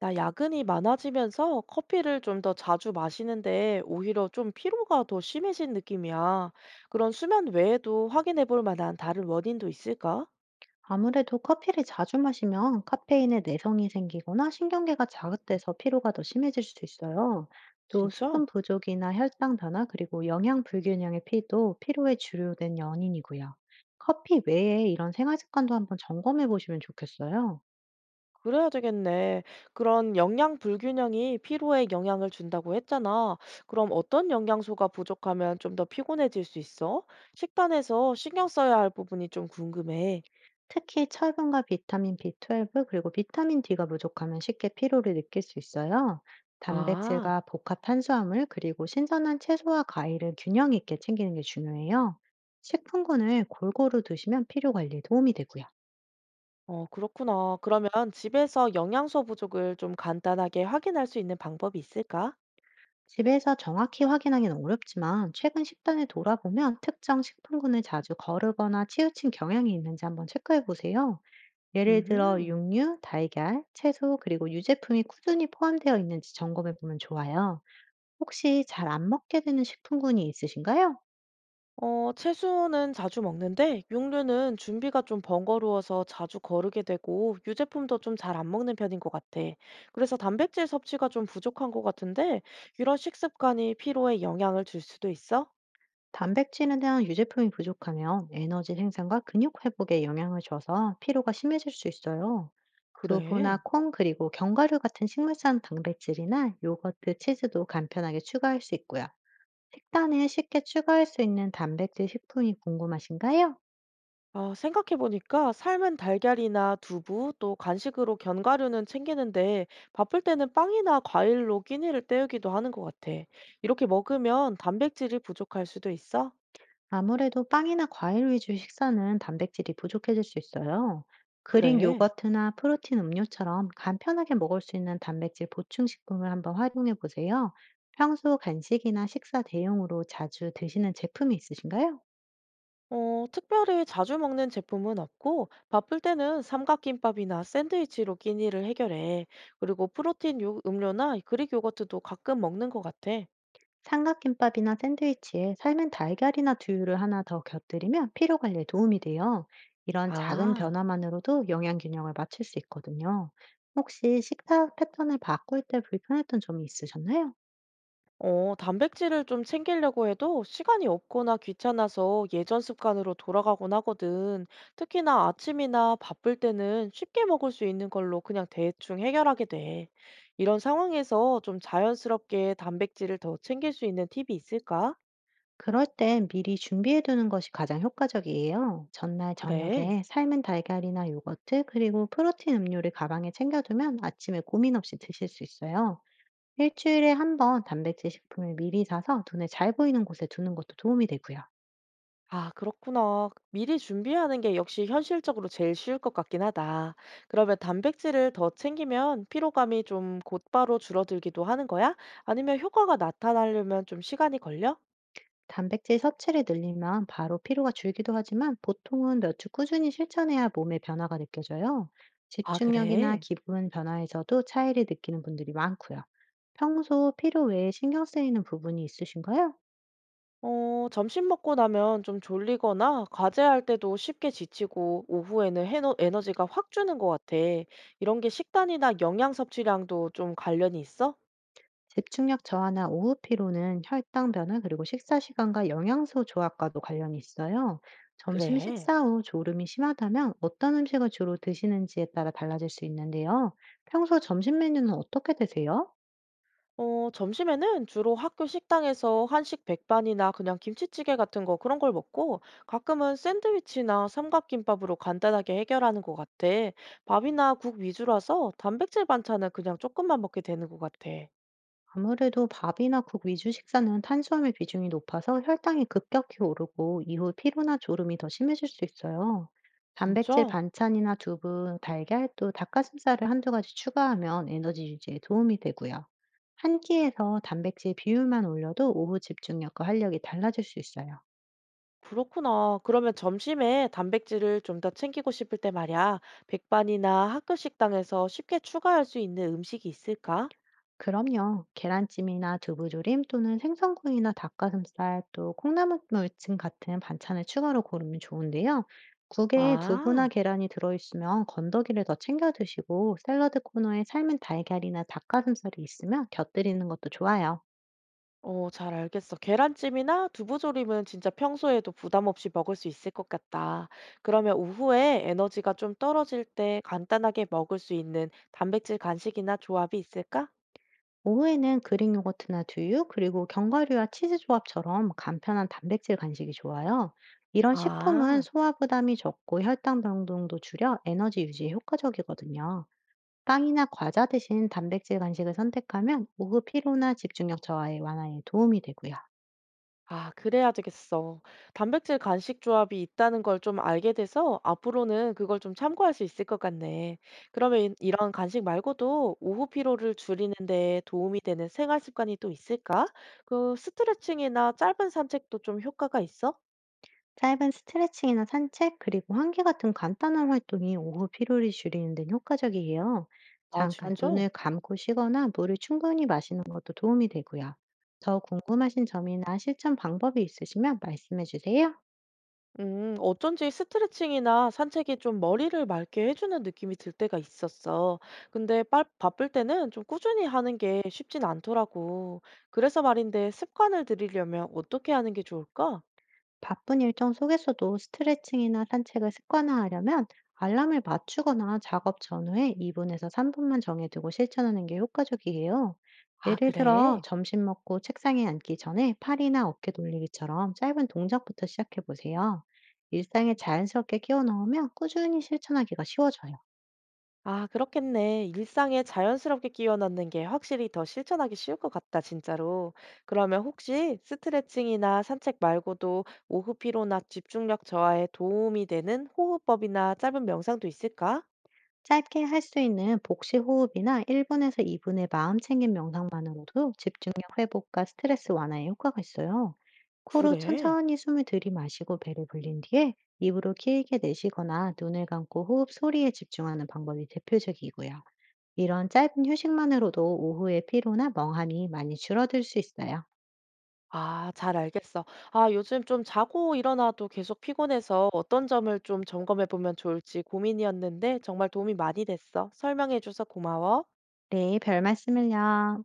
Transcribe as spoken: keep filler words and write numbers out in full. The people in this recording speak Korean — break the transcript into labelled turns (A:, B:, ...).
A: 나 야근이 많아지면서 커피를 좀 더 자주 마시는데 오히려 좀 피로가 더 심해진 느낌이야. 그런 수면 외에도 확인해 볼 만한 다른 원인도 있을까?
B: 아무래도 커피를 자주 마시면 카페인에 내성이 생기거나 신경계가 자극돼서 피로가 더 심해질 수 있어요. 또
A: 진짜?
B: 수분 부족이나 혈당 변화 그리고 영양 불균형의 피도 피로의 주요된 연인이고요. 커피 외에 이런 생활 습관도 한번 점검해 보시면 좋겠어요.
A: 그래야 되겠네. 그런 영양 불균형이 피로에 영향을 준다고 했잖아. 그럼 어떤 영양소가 부족하면 좀 더 피곤해질 수 있어? 식단에서 신경 써야 할 부분이 좀 궁금해.
B: 특히 철분과 비타민 비 십이 그리고 비타민 D가 부족하면 쉽게 피로를 느낄 수 있어요.
A: 아.
B: 단백질과 복합 탄수화물 그리고 신선한 채소와 과일을 균형 있게 챙기는 게 중요해요. 식품군을 골고루 두시면 피로 관리에 도움이 되고요.
A: 어, 그렇구나. 그러면 집에서 영양소 부족을 좀 간단하게 확인할 수 있는 방법이 있을까?
B: 집에서 정확히 확인하기는 어렵지만 최근 식단을 돌아보면 특정 식품군을 자주 거르거나 치우친 경향이 있는지 한번 체크해 보세요. 예를 들어
A: 음,
B: 육류, 달걀, 채소 그리고 유제품이 꾸준히 포함되어 있는지 점검해 보면 좋아요. 혹시 잘 안 먹게 되는 식품군이 있으신가요?
A: 어, 채소는 자주 먹는데 육류는 준비가 좀 번거로워서 자주 거르게 되고 유제품도 좀 잘 안 먹는 편인 것 같아. 그래서 단백질 섭취가 좀 부족한 것 같은데 이런 식습관이 피로에 영향을 줄 수도 있어?
B: 단백질이나 유제품이 부족하면 에너지 생산과 근육 회복에 영향을 줘서 피로가 심해질 수 있어요. 두부나
A: 그래.
B: 콩 그리고 견과류 같은 식물성 단백질이나 요거트, 치즈도 간편하게 추가할 수 있고요. 식단에 쉽게 추가할 수 있는 단백질 식품이 궁금하신가요?
A: 아, 생각해보니까 삶은 달걀이나 두부, 또 간식으로 견과류는 챙기는데 바쁠 때는 빵이나 과일로 끼니를 때우기도 하는 것 같아. 이렇게 먹으면 단백질이 부족할 수도 있어?
B: 아무래도 빵이나 과일 위주 식사는 단백질이 부족해질 수 있어요. 그릭
A: 그래.
B: 요거트나 프로틴 음료처럼 간편하게 먹을 수 있는 단백질 보충 식품을 한번 활용해 보세요. 평소 간식이나 식사 대용으로 자주 드시는 제품이 있으신가요?
A: 어, 특별히 자주 먹는 제품은 없고 바쁠 때는 삼각김밥이나 샌드위치로 끼니를 해결해. 그리고 프로틴 요- 음료나 그릭 요거트도 가끔 먹는 것 같아.
B: 삼각김밥이나 샌드위치에 삶은 달걀이나 두유를 하나 더 곁들이면 피로 관리에 도움이 돼요. 이런 작은
A: 아.
B: 변화만으로도 영양 균형을 맞출 수 있거든요. 혹시 식사 패턴을 바꿀 때 불편했던 점이 있으셨나요?
A: 어, 단백질을 좀 챙기려고 해도 시간이 없거나 귀찮아서 예전 습관으로 돌아가곤 하거든. 특히나 아침이나 바쁠 때는 쉽게 먹을 수 있는 걸로 그냥 대충 해결하게 돼. 이런 상황에서 좀 자연스럽게 단백질을 더 챙길 수 있는 팁이 있을까?
B: 그럴 땐 미리 준비해 두는 것이 가장 효과적이에요. 전날
A: 그래.
B: 저녁에 삶은 달걀이나 요거트, 그리고 프로틴 음료를 가방에 챙겨두면 아침에 고민 없이 드실 수 있어요. 일주일에 한 번 단백질 식품을 미리 사서 눈에 잘 보이는 곳에 두는 것도 도움이 되고요.
A: 아, 그렇구나. 미리 준비하는 게 역시 현실적으로 제일 쉬울 것 같긴 하다. 그러면 단백질을 더 챙기면 피로감이 좀 곧바로 줄어들기도 하는 거야? 아니면 효과가 나타나려면 좀 시간이 걸려?
B: 단백질 섭취를 늘리면 바로 피로가 줄기도 하지만 보통은 몇 주 꾸준히 실천해야 몸의 변화가 느껴져요.
A: 아,
B: 집중력이나
A: 그래?
B: 기분 변화에서도 차이를 느끼는 분들이 많고요. 평소 피로 외에 신경 쓰이는 부분이 있으신가요?
A: 어, 점심 먹고 나면 좀 졸리거나 과제할 때도 쉽게 지치고 오후에는 에너, 에너지가 확 주는 것 같아. 이런 게 식단이나 영양 섭취량도 좀 관련이 있어?
B: 집중력 저하나 오후 피로는 혈당 변화 그리고 식사 시간과 영양소 조합과도 관련이 있어요. 점심
A: 그래.
B: 식사 후 졸음이 심하다면 어떤 음식을 주로 드시는지에 따라 달라질 수 있는데요. 평소 점심 메뉴는 어떻게 드세요?
A: 어, 점심에는 주로 학교 식당에서 한식 백반이나 그냥 김치찌개 같은 거 그런 걸 먹고 가끔은 샌드위치나 삼각김밥으로 간단하게 해결하는 것 같아. 밥이나 국 위주라서 단백질 반찬은 그냥 조금만 먹게 되는 것 같아.
B: 아무래도 밥이나 국 위주 식사는 탄수화물 비중이 높아서 혈당이 급격히 오르고 이후 피로나 졸음이 더 심해질 수 있어요. 단백질
A: 진짜?
B: 반찬이나 두부, 달걀 또 닭가슴살을 한두 가지 추가하면 에너지 유지에 도움이 되고요. 한 끼에서 단백질 비율만 올려도 오후 집중력과 활력이 달라질 수 있어요.
A: 그렇구나. 그러면 점심에 단백질을 좀 더 챙기고 싶을 때 말이야. 백반이나 학교 식당에서 쉽게 추가할 수 있는 음식이 있을까?
B: 그럼요. 계란찜이나 두부조림 또는 생선구이나 닭가슴살 또 콩나물 찜 같은 반찬을 추가로 고르면 좋은데요. 국에
A: 아.
B: 두부나 계란이 들어있으면 건더기를 더 챙겨 드시고 샐러드 코너에 삶은 달걀이나 닭가슴살이 있으면 곁들이는 것도 좋아요.
A: 어, 잘 알겠어. 계란찜이나 두부조림은 진짜 평소에도 부담 없이 먹을 수 있을 것 같다. 그러면 오후에 에너지가 좀 떨어질 때 간단하게 먹을 수 있는 단백질 간식이나 조합이 있을까?
B: 오후에는 그릭 요거트나 두유, 그리고 견과류와 치즈 조합처럼 간편한 단백질 간식이 좋아요. 이런 식품은
A: 아,
B: 소화 부담이 적고 혈당 변동도 줄여 에너지 유지에 효과적이거든요. 빵이나 과자 대신 단백질 간식을 선택하면 오후 피로나 집중력 저하에 완화에 도움이 되고요.
A: 아, 그래야 되겠어. 단백질 간식 조합이 있다는 걸 좀 알게 돼서 앞으로는 그걸 좀 참고할 수 있을 것 같네. 그러면 이- 이런 간식 말고도 오후 피로를 줄이는 데 도움이 되는 생활 습관이 또 있을까? 그 스트레칭이나 짧은 산책도 좀 효과가 있어?
B: 짧은 스트레칭이나 산책, 그리고 환기 같은 간단한 활동이 오후 피로를 줄이는 데 효과적이에요.
A: 아
B: 잠깐
A: 진짜?
B: 눈을 감고 쉬거나 물을 충분히 마시는 것도 도움이 되고요. 더 궁금하신 점이나 실천 방법이 있으시면 말씀해 주세요.
A: 음 어쩐지 스트레칭이나 산책이 좀 머리를 맑게 해주는 느낌이 들 때가 있었어. 근데 빨 바쁠 때는 좀 꾸준히 하는 게 쉽진 않더라고. 그래서 말인데 습관을 들이려면 어떻게 하는 게 좋을까?
B: 바쁜 일정 속에서도 스트레칭이나 산책을 습관화하려면 알람을 맞추거나 작업 전후에 이 분에서 삼 분만 정해두고 실천하는 게 효과적이에요.
A: 아
B: 예를 들어,
A: 그래?
B: 점심 먹고 책상에 앉기 전에 팔이나 어깨 돌리기처럼 짧은 동작부터 시작해 보세요. 일상에 자연스럽게 끼워 넣으면 꾸준히 실천하기가 쉬워져요.
A: 아 그렇겠네. 일상에 자연스럽게 끼워 넣는 게 확실히 더 실천하기 쉬울 것 같다 진짜로. 그러면 혹시 스트레칭이나 산책 말고도 오후 피로나 집중력 저하에 도움이 되는 호흡법이나 짧은 명상도 있을까?
B: 짧게 할 수 있는 복식 호흡이나 일 분에서 이 분의 마음 챙김 명상만으로도 집중력 회복과 스트레스 완화에 효과가 있어요. 코로
A: 그래?
B: 천천히 숨을 들이마시고 배를 불린 뒤에 입으로 길게 내쉬거나 눈을 감고 호흡 소리에 집중하는 방법이 대표적이고요. 이런 짧은 휴식만으로도 오후의 피로나 멍함이 많이 줄어들 수 있어요.
A: 아, 잘 알겠어. 아, 요즘 좀 자고 일어나도 계속 피곤해서 어떤 점을 좀 점검해 보면 좋을지 고민이었는데 정말 도움이 많이 됐어. 설명해 줘서 고마워.
B: 네, 별 말씀을요.